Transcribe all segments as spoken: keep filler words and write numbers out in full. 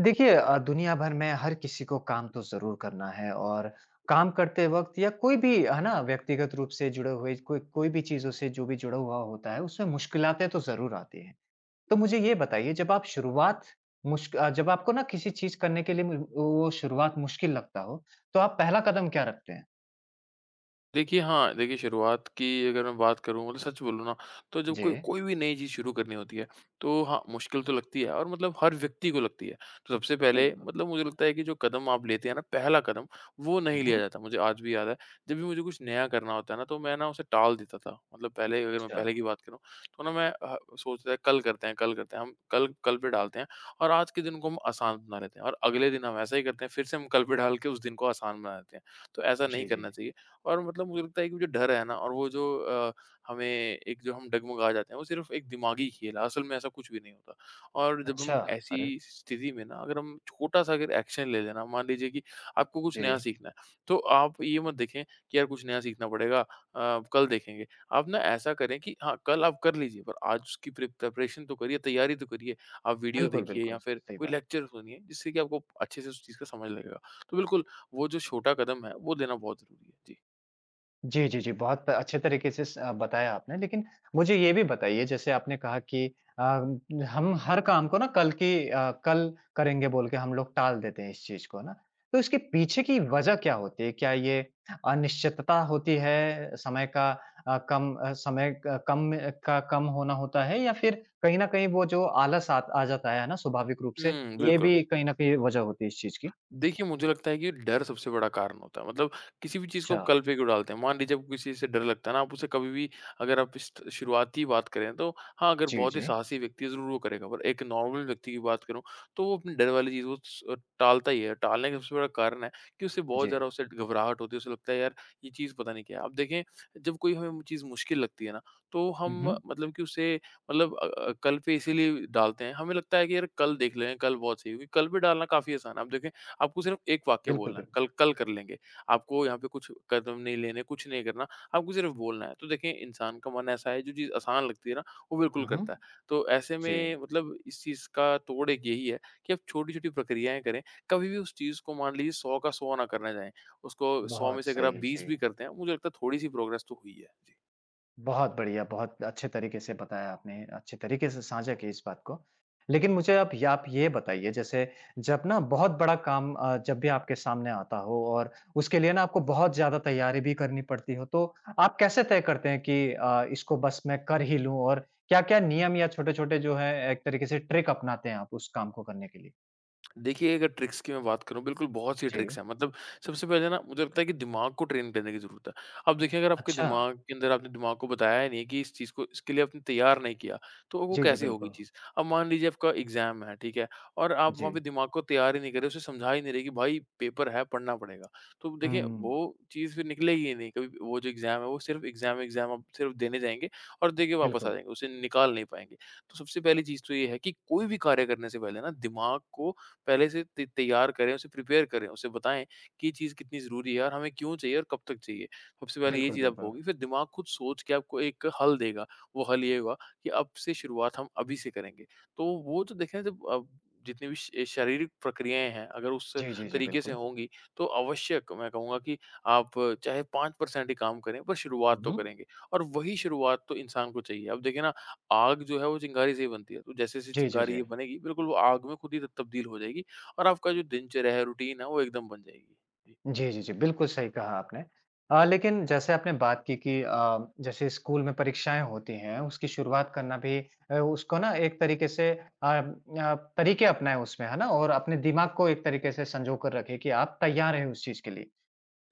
देखिए, अ, दुनिया भर में हर किसी को काम तो ज़रूर करना है और काम करते वक़्त या कोई भी है ना व्यक्तिगत रूप से जुड़े हुए कोई कोई भी चीज़ों से जो भी जुड़ा हुआ होता है उसमें मुश्किलातें तो ज़रूर आती हैं। तो मुझे ये बताइए जब आप शुरुआत मुश्क अ, जब आपको ना किसी चीज़ करने के लिए मु वो शुरुआत मुश्किल लगता हो तो आप पहला कदम क्या रखते हैं? देखिए, हाँ, देखिए शुरुआत की अगर मैं बात करूँ मतलब सच बोलूँ ना, तो जब जी। कोई कोई भी नई चीज़ शुरू करनी होती है, तो हाँ, मुश्किल तो लगती है और मतलब हर व्यक्ति को लगती है। तो सबसे पहले बिल्कुल। मतलब मुझे लगता है कि जो कदम आप लेते हैं ना, पहला कदम, वो हुँ, नहीं लिया हुँ। जाता। मुझे आज भी याद है, जब भी मुझे कुछ नया करना होता है ना, तो मैं ना उसे टाल देता था। मतलब पहले अगर मैं अच्छा। पहले की बात करूँ, तो ना मैं अ, सोचता था कल करते हैं कल करते हैं, हम कल कल पे डालते हैं और आज के दिन को हम आसान बना लेते हैं और अगले दिन हम ऐसा ही करते हैं, फिर से हम कल पे डाल के उस दिन को आसान बना देते हैं। तो ऐसा नहीं जी, जी। करना चाहिए। और मतलब मुझे लगता है कि वो जो डर है ना और वो जो अ, हमें एक जो हम डगमगा जाते हैं वो सिर्फ एक दिमागी खेल है, असल में ऐसा कुछ भी नहीं होता। और जब हम अच्छा। ऐसी अरे! स्थिति में ना अगर हम छोटा-सा अगर एक्शन ले लेना, मान लीजिए कि आपको कुछ नया जी। सीखना है, तो आप ये मत देखें कि यार कुछ नया सीखना पड़ेगा अ, कल देखेंगे। आप ना ऐसा करें कि हाँ, कल आप कर लीजिए पर आज उसकी प्रि प्रिपरेशन तो करिए, तैयारी तो करिए। आप वीडियो बिल्कुल, देखिए या बिल्कुल। फिर सही कोई बात। लेक्चर सुनिए जिससे कि आपको अच्छे से उस चीज़ का समझ लगेगा। तो बिल्कुल, वो जो छोटा कदम है वो लेना बहुत ज़रूरी है। जी। जी, जी, जी। बहुत अच्छे तरीके से स आ, बताया आपने। लेकिन मुझे ये भी बताइए जैसे आपने कहा कि अ, हम हर काम को ना कल की अ, कल करेंगे बोल के हम लोग टाल देते हैं इस चीज़ को ना। तो इसके पीछे की वजह क्या होती है? क्या ये अनिश्चितता होती है, समय का अ, कम अ, समय क कम का कम होना होता है या फिर कहीं न कहीं वो जो आलस आ आ जाता है ना स्वाभाविक रूप से, हुँ, ये बिल्कुल। भी कहीं न कहीं वजह होती है इस चीज़ की? देखिए, मुझे लगता है कि डर सबसे बड़ा कारण होता है। मतलब किसी भी चीज़ को अच्छा। आप कल पे क्यों डालते हैं। मान लीजिए आपको किसी चीज़ से डर लगता है ना, आप उसे कभी भी अगर आप इस शुरुआती बात करें तो हाँ, अगर जी, बहुत ही जी। साहसी व्यक्ति है ज़रूर वो करेगा। पर एक नॉर्मल व्यक्ति की बात करूँ तो वो अपनी डर वाली चीज़ वो स टालता ही है। टालने का सबसे बड़ा कारण है कि उसे बहुत जी। ज़्यादा उसे घबराहट होती है, उसे लगता है यार ये चीज़ पता नहीं क्या है। अब देखें जब कोई हमें चीज़ मुश्किल लगती है ना तो हुँ, हम हुँ। मतलब कि उसे मतलब अ अ, कल पे इसीलिए डालते हैं। हमें लगता है कि यार कल देख लेंगे, कल बहुत सही होगी। कल पे डालना काफ़ी आसान है। आप देखें आपको सिर्फ एक वाक्य बिल्कुल, बोलना है, बिल्कुल। कल कल कर लेंगे। आपको यहाँ पे कुछ कदम नहीं लेने, कुछ नहीं करना, आपको सिर्फ बोलना है। तो देखिए इंसान का मन ऐसा है जो चीज़ आसान लगती है ना, वो बिल्कुल हुँ, हुँ। करता है। तो ऐसे जी। में मतलब इस चीज़ का तोड़ एक यही है कि आप छोटी-छोटी प्रक्रियाएँ करें, कभी भी उस चीज़ को मान लीजिए सौ का सौ ना करना चाहें। उसको सौ में बहुत से अगर आप सही, बीस जी। भी करते हैं, मुझे लगता है थोड़ी-सी प्रोग्रेस तो हुई है। जी। बहुत बढ़िया, बहुत अच्छे तरीके से बताया आपने, अच्छे तरीके से साझा की इस बात को। लेकिन मुझे आप य आप ये बताइए जैसे जब ना बहुत बड़ा काम अ, जब भी आपके सामने आता हो और उसके लिए ना आपको बहुत ज़्यादा तैयारी भी करनी पड़ती हो, तो आप कैसे तय करते हैं कि अ, इसको बस मैं कर ही लूँ और क्या-क्या नियम या छोटे-छोटे जो है एक तरीके से ट्रिक अपनाते हैं आप उस काम को करने के लिए? देखिए, अगर ट्रिक्स की मैं बात करूँ, बिल्कुल बहुत सी जी। ट्रिक्स हैं। मतलब सबसे पहले ना मुझे लगता है कि दिमाग को ट्रेन करने की ज़रूरत है। अब देखिए अगर आपके अच्छा। दिमाग के अंदर आपने दिमाग को बताया ही नहीं है कि इस चीज़ को इसके लिए आपने तैयार नहीं किया, तो वो जी, जी, कैसे होगी बिल्कुल। चीज़? अब मान लीजिए आपका एग्ज़ाम है, ठीक है? और आप वहाँ जी। पे दिमाग को तैयार ही नहीं कर रहे, उसे समझा ही नहीं रहे कि भाई पेपर है, पढ़ना पड़ेगा। तो देखिए, हुँ, वो चीज़ फिर निकलेगी ही नहीं। कभी वो जो एग्ज़ाम है, वो सिर्फ़ एग्ज़ाम, एग्ज़ाम आप सिर्फ़ देने जाएँगे और देके वापस आ बिल्कुल। जाएँगे, उसे निकाल नहीं पाएँगे। तो सबसे पहली चीज़ तो ये है कि कोई भी कार्य करने से पहले ना दिमाग को पहले से त तैयार करें, उसे प्रिपेयर करें, उसे बताएँ कि ये चीज़ कितनी ज़रूरी है और हमें क्यों चाहिए और कब तक चाहिए। सबसे पहले ये बिल्कुल, चीज़ आप बिल्कुल। होगी, फिर दिमाग खुद सोच के आपको एक हल देगा। वो हल ये होगा कि अब से शुरुआत हम अभी से करेंगे। तो वो तो देखें जब अब जितनी भी श शारीरिक प्रक्रियाएँ हैं, अगर उस जी, जी, जी, तरीके से बिल्कुल। होंगी, तो आवश्यक मैं कहूँगा कि आप चाहे फ़ाइव परसेंट ही काम करें, पर शुरुआत हुँ, तो हुँ। करेंगे और वही शुरुआत तो इंसान को चाहिए। अब देखिए ना आग जो है वो चिंगारी से ही बनती है। तो जैसे-जैसे जी, जी, चिंगारी जी। ये बनेगी बिल्कुल वो आग में खुद ही त तब्दील हो जाएगी और आपका जो दिनचर्या है, रूटीन है वो एकदम बन जाएगी। जी। जी, जी, जी, बिल्कुल सही कहा आपने। अ, लेकिन जैसे आपने बात की कि अ, जैसे स्कूल में परीक्षाएँ होती हैं, उसकी शुरुआत करना भी अ, उसको ना एक तरीके से अ अ, तरीके अपनाएँ उसमें, है ना? और अपने दिमाग को एक तरीके से संजो कर रखें कि आप तैयार हैं उस चीज़ के लिए।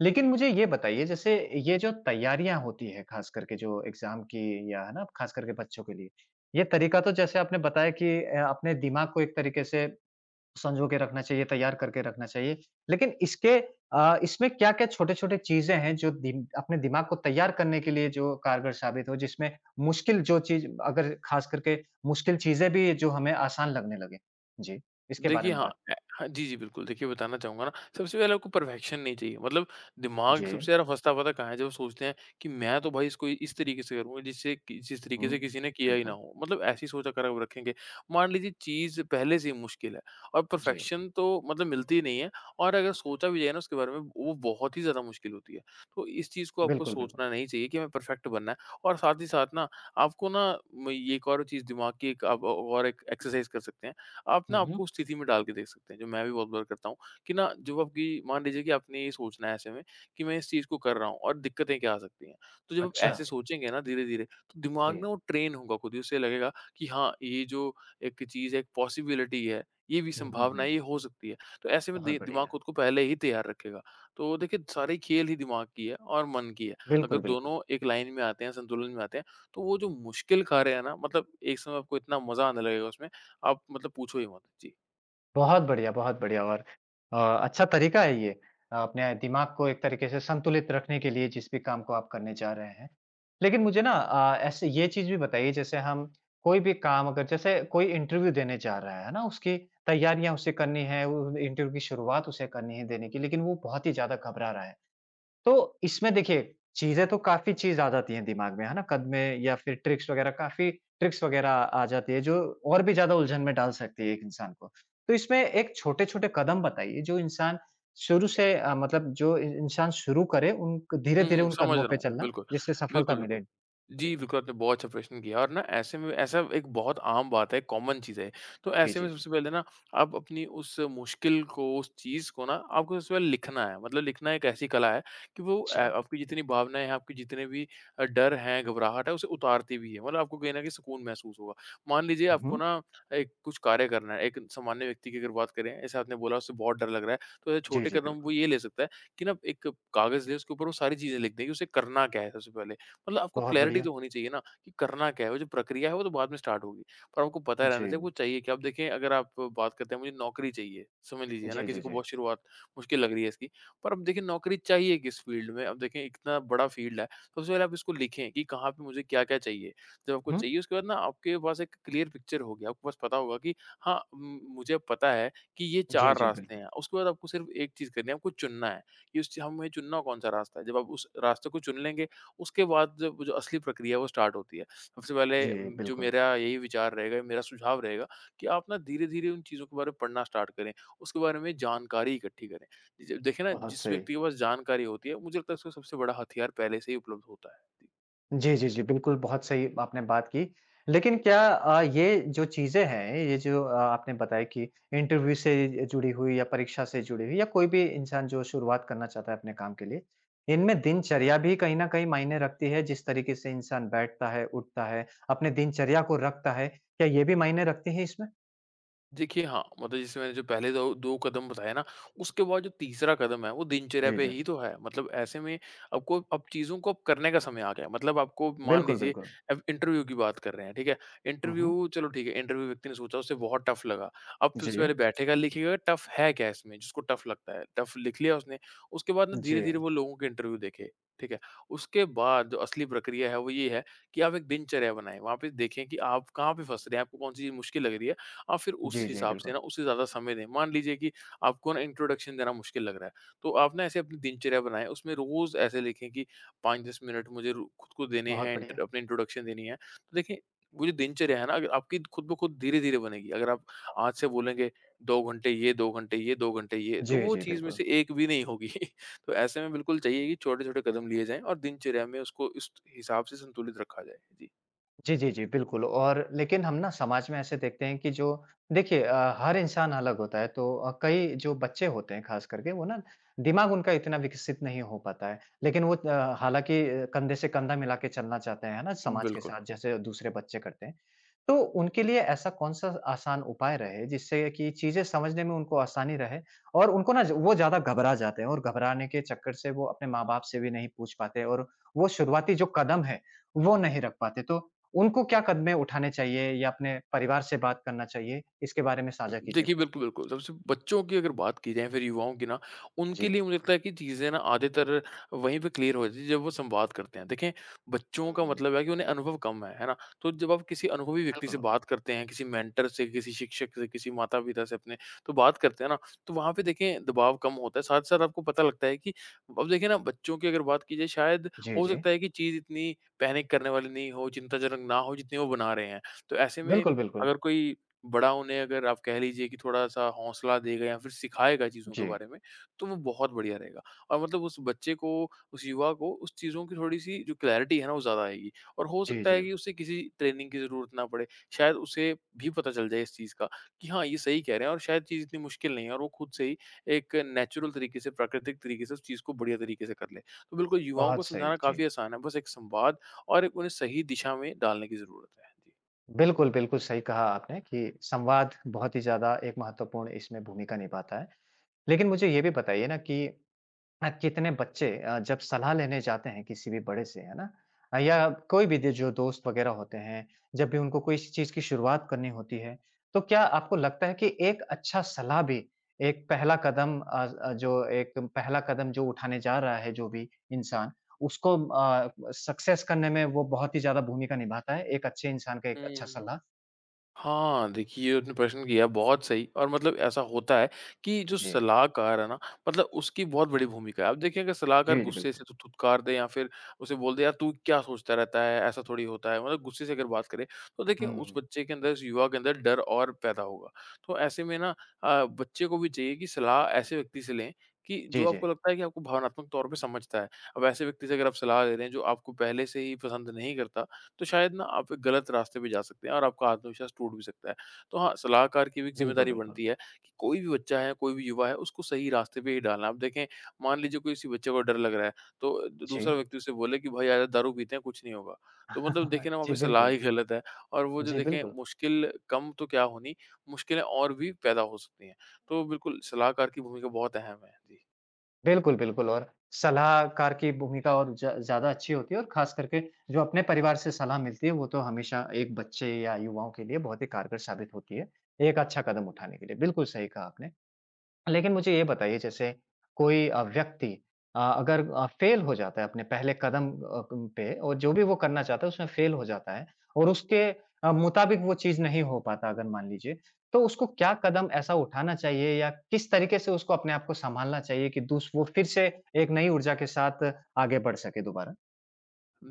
लेकिन मुझे ये बताइए, जैसे ये जो तैयारियाँ होती हैं, ख़ास करके जो एग्ज़ाम की या है ना, ख़ास करके बच्चों के लिए, ये तरीका तो जैसे आपने बताया कि अ, अपने दिमाग को एक तरीके से सँजो के रखना चाहिए, तैयार करके रखना चाहिए। लेकिन इसके अ, इसमें क्या-क्या छोटे-छोटे चीज़ें हैं जो दिम अपने दिमाग को तैयार करने के लिए जो कारगर साबित हो, जिसमें मुश्किल जो चीज़ अगर ख़ास करके मुश्किल चीज़ें भी जो हमें आसान लगने लगे? जी, इसके बारे देखिए, में हाँ बात। अ, हाँ, जी, जी, बिल्कुल। देखिए, बताना चाहूँगा ना, सबसे पहले आपको परफेक्शन नहीं चाहिए। मतलब दिमाग जी। सबसे ज़्यादा फँसता पता कहाँ है? जब सोचते हैं कि मैं तो भाई इसको इस तरीके से करूँगा, जिससे कि जिस तरीके हुँ, से किसी ने किया ही ना बिल्कुल। हो। मतलब ऐसी सोच अगर आप रखेंगे, मान लीजिए चीज़ पहले से ही मुश्किल है और जी, परफेक्शन तो मतलब मिलती ही नहीं है और अगर सोचा भी जाए ना उसके बारे में, वो बहुत ही ज़्यादा मुश्किल होती है। तो इस चीज़ को आपको बिल्कुल, बिल्कुल। सोचना नहीं चाहिए कि हमें परफेक्ट बनना है और साथ ही साथ ना, आपको ना म ये एक और चीज़ दिमाग की एक आप और एक एक्सरसाइज़ कर सकते हैं। आप ना हुँ, हुँ। आपको उस स्थिति में डाल के देख सकते हैं, जो मैं भी बहुत बार करता हूँ कि ना जब आपकी मान लीजिए कि आपने ये सोचना है ऐसे में कि मैं इस चीज़ को कर रहा हूँ और दिक्कतें क्या आ सकती हैं। तो जब आप अच्छा। ऐसे सोचेंगे ना धीरे-धीरे तो दिमाग जी। ना वो ट्रेन होगा खुद ही, उसे लगेगा कि हाँ, ये जो एक चीज़ है, एक पॉसिबिलिटी है, ये भी हुँ, हुँ, संभावना हुँ। है, ये हो सकती है। तो ऐसे में दि बहुत दिमाग बढ़िया। खुद को पहले ही तैयार रखेगा। तो देखिए सारी खेल ही दिमाग की है और मन की है। अगर बिल्कुल, बिल्कुल। दोनों एक लाइन में आते हैं, संतुलन में आते हैं, तो वो जो मुश्किल कार्य है ना मतलब एक समय आपको इतना मज़ा आने लगेगा उसमें आप मतलब पूछो ही मत। जी। बहुत बढ़िया, बहुत बढ़िया और अ, अच्छा तरीका है ये। अ, अपने दिमाग को एक तरीके से संतुलित रखने के लिए जिस भी काम को आप करने जा रहे हैं। लेकिन मुझे ना अ, ऐसे ये चीज़ भी बताइए जैसे हम कोई भी काम अगर जैसे कोई इंटरव्यू देने जा रहा है ना, उसकी तैयारियाँ उसे करनी है, वो इंटरव्यू की शुरुआत उसे करनी है देने की, लेकिन वो बहुत ही ज़्यादा घबरा रहा है। तो इसमें देखिए, चीज़ें तो काफ़ी चीज़ आ जाती हैं दिमाग में, है ना? कदमें या फिर ट्रिक्स वगैरह काफ़ी ट्रिक्स वगैरह आ जाती है, जो और भी ज़्यादा उलझन में डाल सकती है एक इंसान को। तो इसमें एक छोटे-छोटे कदम बताइए जो इंसान शुरू से अ, मतलब जो इ इंसान शुरू करे उन हुँ, धीरे-धीरे हुँ, उन समझ कदमों रहा पे हूँ। चलना, बिल्कुल, जिससे सफलता बिल्कुल, बिल्कुल। मिले। जी, जी, बिल्कुल आपने बहुत अच्छा प्रश्न किया और ना ऐसे में ऐसा एक बहुत आम बात है, कॉमन चीज़ है। तो जी, ऐसे जी, में जी। सबसे पहले ना आप अपनी उस मुश्किल को, उस चीज़ को ना आपको सबसे पहले लिखना है। मतलब लिखना एक ऐसी कला है कि वो अ, अच्छा। आपकी जितनी भावनाएँ हैं, आपके जितने भी अ, डर हैं, घबराहट है, उसे उतारती भी है। मतलब आपको कहीं न कहीं सुकून महसूस होगा। मान लीजिए आपको हुँ। ना एक कुछ कार्य करना है, एक सामान्य व्यक्ति की अगर बात करें, जैसे आपने बोला उसे बहुत डर लग रहा है, तो ऐसे जी, छोटे जी, कदम वो बिल्कुल। ये ले सकता है कि ना एक कागज़ ले उसके ऊपर वो सारी चीज़ें लिख दें कि उसे करना क्या है सबसे पहले। मतलब आपको बहुत क्लैरिटी बढ़िया। तो होनी चाहिए ना कि करना क्या है, वो जो प्रक्रिया है वो तो बाद में स्टार्ट होगी। पर आपको पता जी। रहना चाहिए वो चाहिए क्या? अब देखिए अगर आप बात करते हैं मुझे नौकरी चाहिए, समझ लीजिए है ना जी, किसी जी, को जी। बहुत शुरुआत मुश्किल लग रही है इसकी। पर अब देखिए नौकरी चाहिए किस फ़ील्ड में? अब देखें इतना बड़ा फ़ील्ड है, सबसे पहले आप इसको लिखें कि कहाँ पे मुझे क्या-क्या चाहिए। जब आपको हुँ। चाहिए उसके बाद ना आपके पास एक क्लियर पिक्चर होगी, आपके पास पता होगा कि हाँ, उम, मुझे पता है कि ये जी, चार जी, रास्ते बिल्कुल। हैं। उसके बाद आपको सिर्फ़ एक चीज़ करनी है, आपको चुनना है। कि उस चीज़ हमें चुनना कौन-सा रास्ता है। जब आप उस रास्ते को चुन लेंगे, उसके बाद जब जो असली प्रक्रिया है वो स्टार्ट होती है। सबसे पहले जी, उम, जो बिल्कुल। मेरा यही विचार रहेगा, मेरा सुझाव रहेगा कि आप ना धीरे-धीरे उन चीज़ों के बारे में पढ़ना स्टार्ट करें, उसके बारे में जानकारी इकट्ठी करें। ज देखिए ना बहुत जिस सही। व्यक्ति के पास जानकारी होती है, मुझे लगता है उसका सबसे बड़ा हथियार पहले से ही उपलब्ध होता है। जी। जी, जी, जी। बिल्कुल, बहुत सही आपने बात की। लेकिन क्या अ, ये जो चीज़ें हैं, ये जो अ, आपने बताया कि इंटरव्यू से जुड़ी हुई या परीक्षा से जुड़ी हुई या कोई भी इंसान जो शुरुआत करना चाहता है अपने काम के लिए, इनमें दिनचर्या भी कहीं न कहीं मायने रखती है, जिस तरीके से इंसान बैठता है, उठता है, अपने दिनचर्या को रखता है, क्या ये भी मायने रखती है इसमें? देखिए हाँ, मतलब जैसे मैंने जो पहले दो दो कदम बताए ना, उसके बाद जो तीसरा कदम है वो दिनचर्या जी, पे जी। ही तो है। मतलब ऐसे में आपको अब चीज़ों को अब करने का समय आ गया है। मतलब आपको मान बिल्कुल, लीजिए बिल्कुल। अब इंटरव्यू की बात कर रहे हैं, ठीक है? हुँ, हुँ। इंटरव्यू चलो ठीक है, इंटरव्यू व्यक्ति ने सोचा उसे बहुत टफ लगा। अब जी, सबसे जी। पहले बैठेगा, लिखेगा टफ है क्या इसमें जिसको टफ लगता है? टफ लिख लिया उसने, उसके बाद ना धीरे-धीरे वो लोगों के इंटरव्यू देखे, ठीक है? उसके बाद जो असली प्रक्रिया है वो ये है कि आप एक दिनचर्या बनाएँ। वहाँ पे देखें कि आप कहाँ पे फँस रहे हैं, आपको कौन-सी चीज़ मुश्किल लग रही है। आप फिर उस जी, जी, हिसाब से ना बिल्कुल। उसे ज़्यादा समय दें। मान लीजिए कि आपको ना इंट्रोडक्शन देना मुश्किल लग रहा है, तो आप ना ऐसे अपनी दिनचर्या बनाएँ, उसमें रोज़ ऐसे लिखें कि पाँच से दस मिनट मुझे रो खुद को देने बहुत हैं, इंट बढ़िया। अपनी इंट्रोडक्शन देनी है। तो देखिए, वो जो दिनचर्या है ना अगर आपकी खुद ब खुद धीरे-धीरे बनेगी। अगर आप आज से बोलेंगे दो घंटे ये, दो घंटे ये, दो घंटे ये, तो जी, वो जी, चीज़ में बिल्कुल। से एक भी नहीं होगी। तो ऐसे में बिल्कुल चाहिए कि छोटे-छोटे कदम लिए जाएँ और दिनचर्या में उसको इस हिसाब से संतुलित रखा जाए। जी। जी, जी, जी, बिल्कुल और लेकिन हम ना समाज में ऐसे देखते हैं कि जो देखिए, अ, हर इंसान अलग होता है तो अ, कई जो बच्चे होते हैं ख़ास करके वो ना दिमाग उनका इतना विकसित नहीं हो पाता है। लेकिन वो अ, हालाँकि कंधे से कंधा मिला के चलना चाहते हैं, है ना? समाज के बिल्कुल। साथ जैसे दूसरे बच्चे करते हैं। तो उनके लिए ऐसा कौन-सा आसान उपाय रहे जिससे कि चीज़ें समझने में उनको आसानी रहे और उनको ना वो ज़्यादा घबरा जाते हैं और घबराने के चक्कर से वो अपने माँ-बाप से भी नहीं पूछ पाते और वो शुरुआती जो कदम है, वो नहीं रख पाते। तो उनको क्या कदमें उठाने चाहिए या अपने परिवार से बात करना चाहिए? इसके बारे में साझा कीजिए देखिए, कुछ। बिल्कुल, बिल्कुल। सबसे बच्चों की अगर बात की जाए फिर युवाओं की ना, उनके जी। लिए मुझे लगता है कि चीज़ें ना आधेतर वहीं पे क्लियर हो जाती है जब वो संवाद करते हैं। देखें, बच्चों का हुँ, मतलब है कि उन्हें अनुभव कम है, है ना? तो जब आप किसी अनुभवी व्यक्ति बिल्कुल, से बिल्कुल। बात करते हैं, किसी मेंटर से, किसी शिक्षक से, किसी माता-पिता से अपने तो बात करते हैं ना, तो वहाँ पे देखें दबाव कम होता है। साथ-साथ आपको पता लगता है कि अब देखिए ना बच्चों की अगर बात की जाए शायद जी, हो जी। सकता है कि चीज़ इतनी पैनिक करने वाली नहीं हो, चिंताजनक ना हो जितनी वो बना रहे हैं। तो ऐसे में बिल्कुल, बिल्कुल। अगर कोई बड़ा उन्हें अगर आप कह लीजिए कि थोड़ा-सा हौसला देगा या फिर सिखाएगा चीज़ों के जी। बारे में, तो वो बहुत बढ़िया रहेगा। और मतलब उस बच्चे को, उस युवा को उस चीज़ों की थोड़ी-सी जो क्लैरिटी है ना, वो ज़्यादा आएगी और हो जी, सकता है जी। कि उसे किसी ट्रेनिंग की ज़रूरत ना पड़े। शायद उसे भी पता चल जाए इस चीज़ का कि हाँ, ये सही कह रहे हैं और शायद चीज़ इतनी मुश्किल नहीं है और वो खुद से ही एक नेचुरल तरीके से, प्राकृतिक तरीके से उस चीज़ को बढ़िया तरीके से कर ले। तो बिल्कुल युवाओं को बहुत सही, समझाना जी। काफ़ी आसान है, बस एक संवाद और एक उन्हें सही दिशा में डालने की ज़रूरत है। जी। बिल्कुल, बिल्कुल सही कहा आपने कि संवाद बहुत ही ज़्यादा एक महत्वपूर्ण इसमें भूमिका निभाता है। लेकिन मुझे ये भी बताइए ना कि अ, कितने बच्चे अ, जब सलाह लेने जाते हैं किसी भी बड़े से, है ना? अ, या कोई भी दे जो दोस्त वगैरह होते हैं, जब भी उनको कोई इस चीज़ की शुरुआत करनी होती है, तो क्या आपको लगता है कि एक अच्छा सलाह भी एक पहला कदम अ, अ, जो एक पहला कदम जो उठाने जा रहा है जो भी इंसान, उसको अ, सक्सेस करने में वो बहुत ही ज़्यादा भूमिका निभाता है, एक अच्छे इंसान का एक अच्छा हुँ। सलाह? हाँ, देखिए ये आपने प्रश्न किया बहुत सही और मतलब ऐसा होता है कि जो जी। सलाहकार है ना मतलब उसकी बहुत बड़ी भूमिका है। आप देखिए अगर सलाहकार जी, जी, गुस्से बिल्कुल। से तो धुतकार दे या फिर उसे बोल दे यार तू क्या सोचता रहता है, ऐसा थोड़ी होता है। मतलब गुस्से से अगर बात करें तो देखिए हुँ, उस हुँ। बच्चे के अंदर, उस युवा के अंदर डर और पैदा होगा। तो ऐसे में ना अ, बच्चे को भी चाहिए कि सलाह ऐसे व्यक्ति से लें कि जो जी, जी। आपको लगता है कि आपको भावनात्मक तौर पे समझता है। अब ऐसे व्यक्ति से अगर आप सलाह ले रहे हैं जो आपको पहले से ही पसंद नहीं करता तो शायद ना आप गलत रास्ते पे जा सकते हैं और आपका आत्मविश्वास टूट भी सकता है। तो हाँ, सलाहकार की भी एक बिल्कुल, ज़िम्मेदारी बिल्कुल। बनती है कि कोई भी बच्चा है, कोई भी युवा है, उसको सही रास्ते पे ही डालना। अब देखें, मान लीजिए कोई किसी बच्चे को डर लग रहा है, तो द दूसरा जी। व्यक्ति उसे बोले कि भाई यार दारू पीते हैं, कुछ नहीं होगा। तो मतलब देखिए ना वहाँ जी, पे सलाह बिल्कुल। ही गलत है और वो जो जी, देखें बिल्कुल। मुश्किल कम तो क्या होनी, मुश्किलें और भी पैदा हो सकती हैं। तो बिल्कुल सलाहकार की भूमिका बहुत अहम है। जी। बिल्कुल, बिल्कुल और सलाहकार की भूमिका और ज ज़्यादा अच्छी होती है और ख़ास करके जो अपने परिवार से सलाह मिलती है, वो तो हमेशा एक बच्चे या युवाओं के लिए बहुत ही कारगर साबित होती है, एक अच्छा कदम उठाने के लिए। बिल्कुल सही कहा आपने। लेकिन मुझे ये बताइए जैसे कोई अ, व्यक्ति अ, अगर अ, फेल हो जाता है अपने पहले कदम अ, क पे और जो भी वो करना चाहता है उसमें फेल हो जाता है और उसके अ, मुताबिक वो चीज़ नहीं हो पाता अगर मान लीजिए, तो उसको क्या कदम ऐसा उठाना चाहिए या किस तरीके से उसको अपने आप को सँभालना चाहिए कि दूस वो फिर से एक नई ऊर्जा के साथ आगे बढ़ सके दोबारा?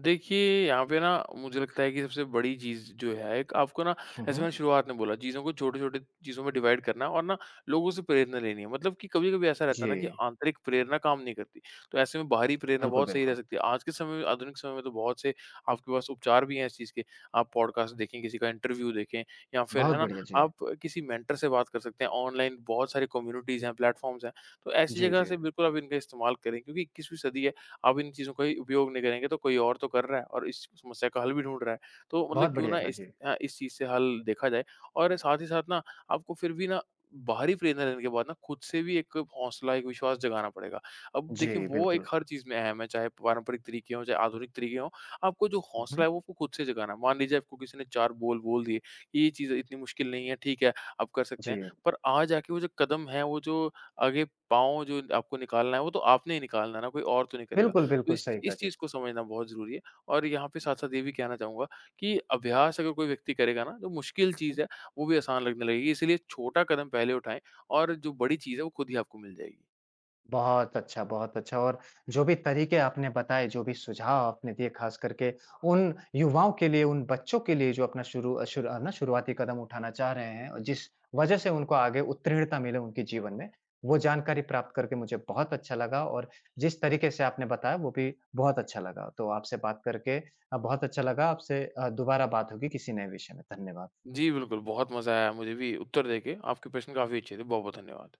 देखिए, यहाँ पे ना मुझे लगता है कि सबसे बड़ी चीज़ जो है एक आपको ना हुँ, जैसे हुँ। मैंने शुरुआत में बोला चीज़ों को छोटे-छोटे चीज़ों में डिवाइड करना और ना लोगों से प्रेरणा लेनी है। मतलब कि कभी-कभी ऐसा रहता जी, है ना कि आंतरिक प्रेरणा काम नहीं करती। तो ऐसे में बाहरी प्रेरणा बिल्कुल, बहुत सही रह बिल्कुल। सकती है। आज के समय में आधुनिक समय में तो बहुत से आपके पास उपचार भी हैं इस चीज़ के। आप पॉडकास्ट देखें, किसी का इंटरव्यू देखें या फिर है बहुत ना बढ़िया, जी। आप किसी मेंटर से बात कर सकते हैं। ऑनलाइन बहुत सारी कम्युनिटीज़ हैं, प्लेटफ़ॉर्म्स हैं। तो ऐसी जी, जगह जी। से बिल्कुल आप इनका इस्तेमाल करें क्योंकि इक्कीसवीं सदी है। आप इन चीज़ों का ही उपयोग नहीं करेंगे तो कोई और तो कर रहा है और इस समस्या का हल भी ढूँढ रहा है। तो मतलब बहुत क्यों बढ़िया ना कहा, इस जी। अ, इस चीज़ से हल देखा जाए और साथ ही साथ ना आपको फिर भी ना बाहरी प्रेरणा लेने के बाद ना खुद से भी एक हौसला, एक विश्वास जगाना पड़ेगा। अब देखिए जी, वो एक बिल्कुल। हर चीज़ में अहम है, चाहे पारंपरिक तरीके हों, चाहे आधुनिक तरीके हों, आपको जो हुँ, हौसला हुँ। है वो आपको खुद से जगाना है। मान लीजिए आपको किसी ने चार बोल बोल दिए, कि ये चीज़ इतनी मुश्किल नहीं है, ठीक है, आप कर सकते हैं। जी, पर आज जाके वो जो कदम है, वो जो आगे पाँव जो आपको निकालना है, वो तो आपने ही निकालना है ना, कोई और तो नहीं करेगा। बिल्कुल, तो बिल्कुल इस सही कहा, इस जी। चीज़ को समझना बहुत ज़रूरी है और यहाँ पे साथ-साथ ये भी कहना चाहूँगा कि अभ्यास अगर कोई व्यक्ति करेगा ना, जो मुश्किल चीज़ है, वो भी आसान लगने लगेगी। इसीलिए छोटा कदम पहले उठाएँ और जो बड़ी चीज़ है, वो खुद ही आपको मिल जाएगी। बहुत अच्छा, बहुत अच्छा और जो भी तरीके आपने बताए, जो भी सुझाव आपने दिए ख़ास करके उन युवाओं के लिए, उन बच्चों के लिए जो अपना शुरू अ, शुरू ना शुरुआती कदम उठाना चाह रहे हैं और जिस वज़ह से उनको आगे उत्तीर्णता मिले उनके जीवन में, वो जानकारी प्राप्त करके मुझे बहुत अच्छा लगा और जिस तरीके से आपने बताया वो भी बहुत अच्छा लगा। तो आपसे बात करके अ, बहुत अच्छा लगा, आपसे अ, दोबारा बात होगी किसी नए विषय में। धन्यवाद। जी, बिल्कुल, बहुत मज़ा आया मुझे भी उत्तर देके। आपके प्रश्न काफ़ी अच्छे थे। बहुत-बहुत धन्यवाद।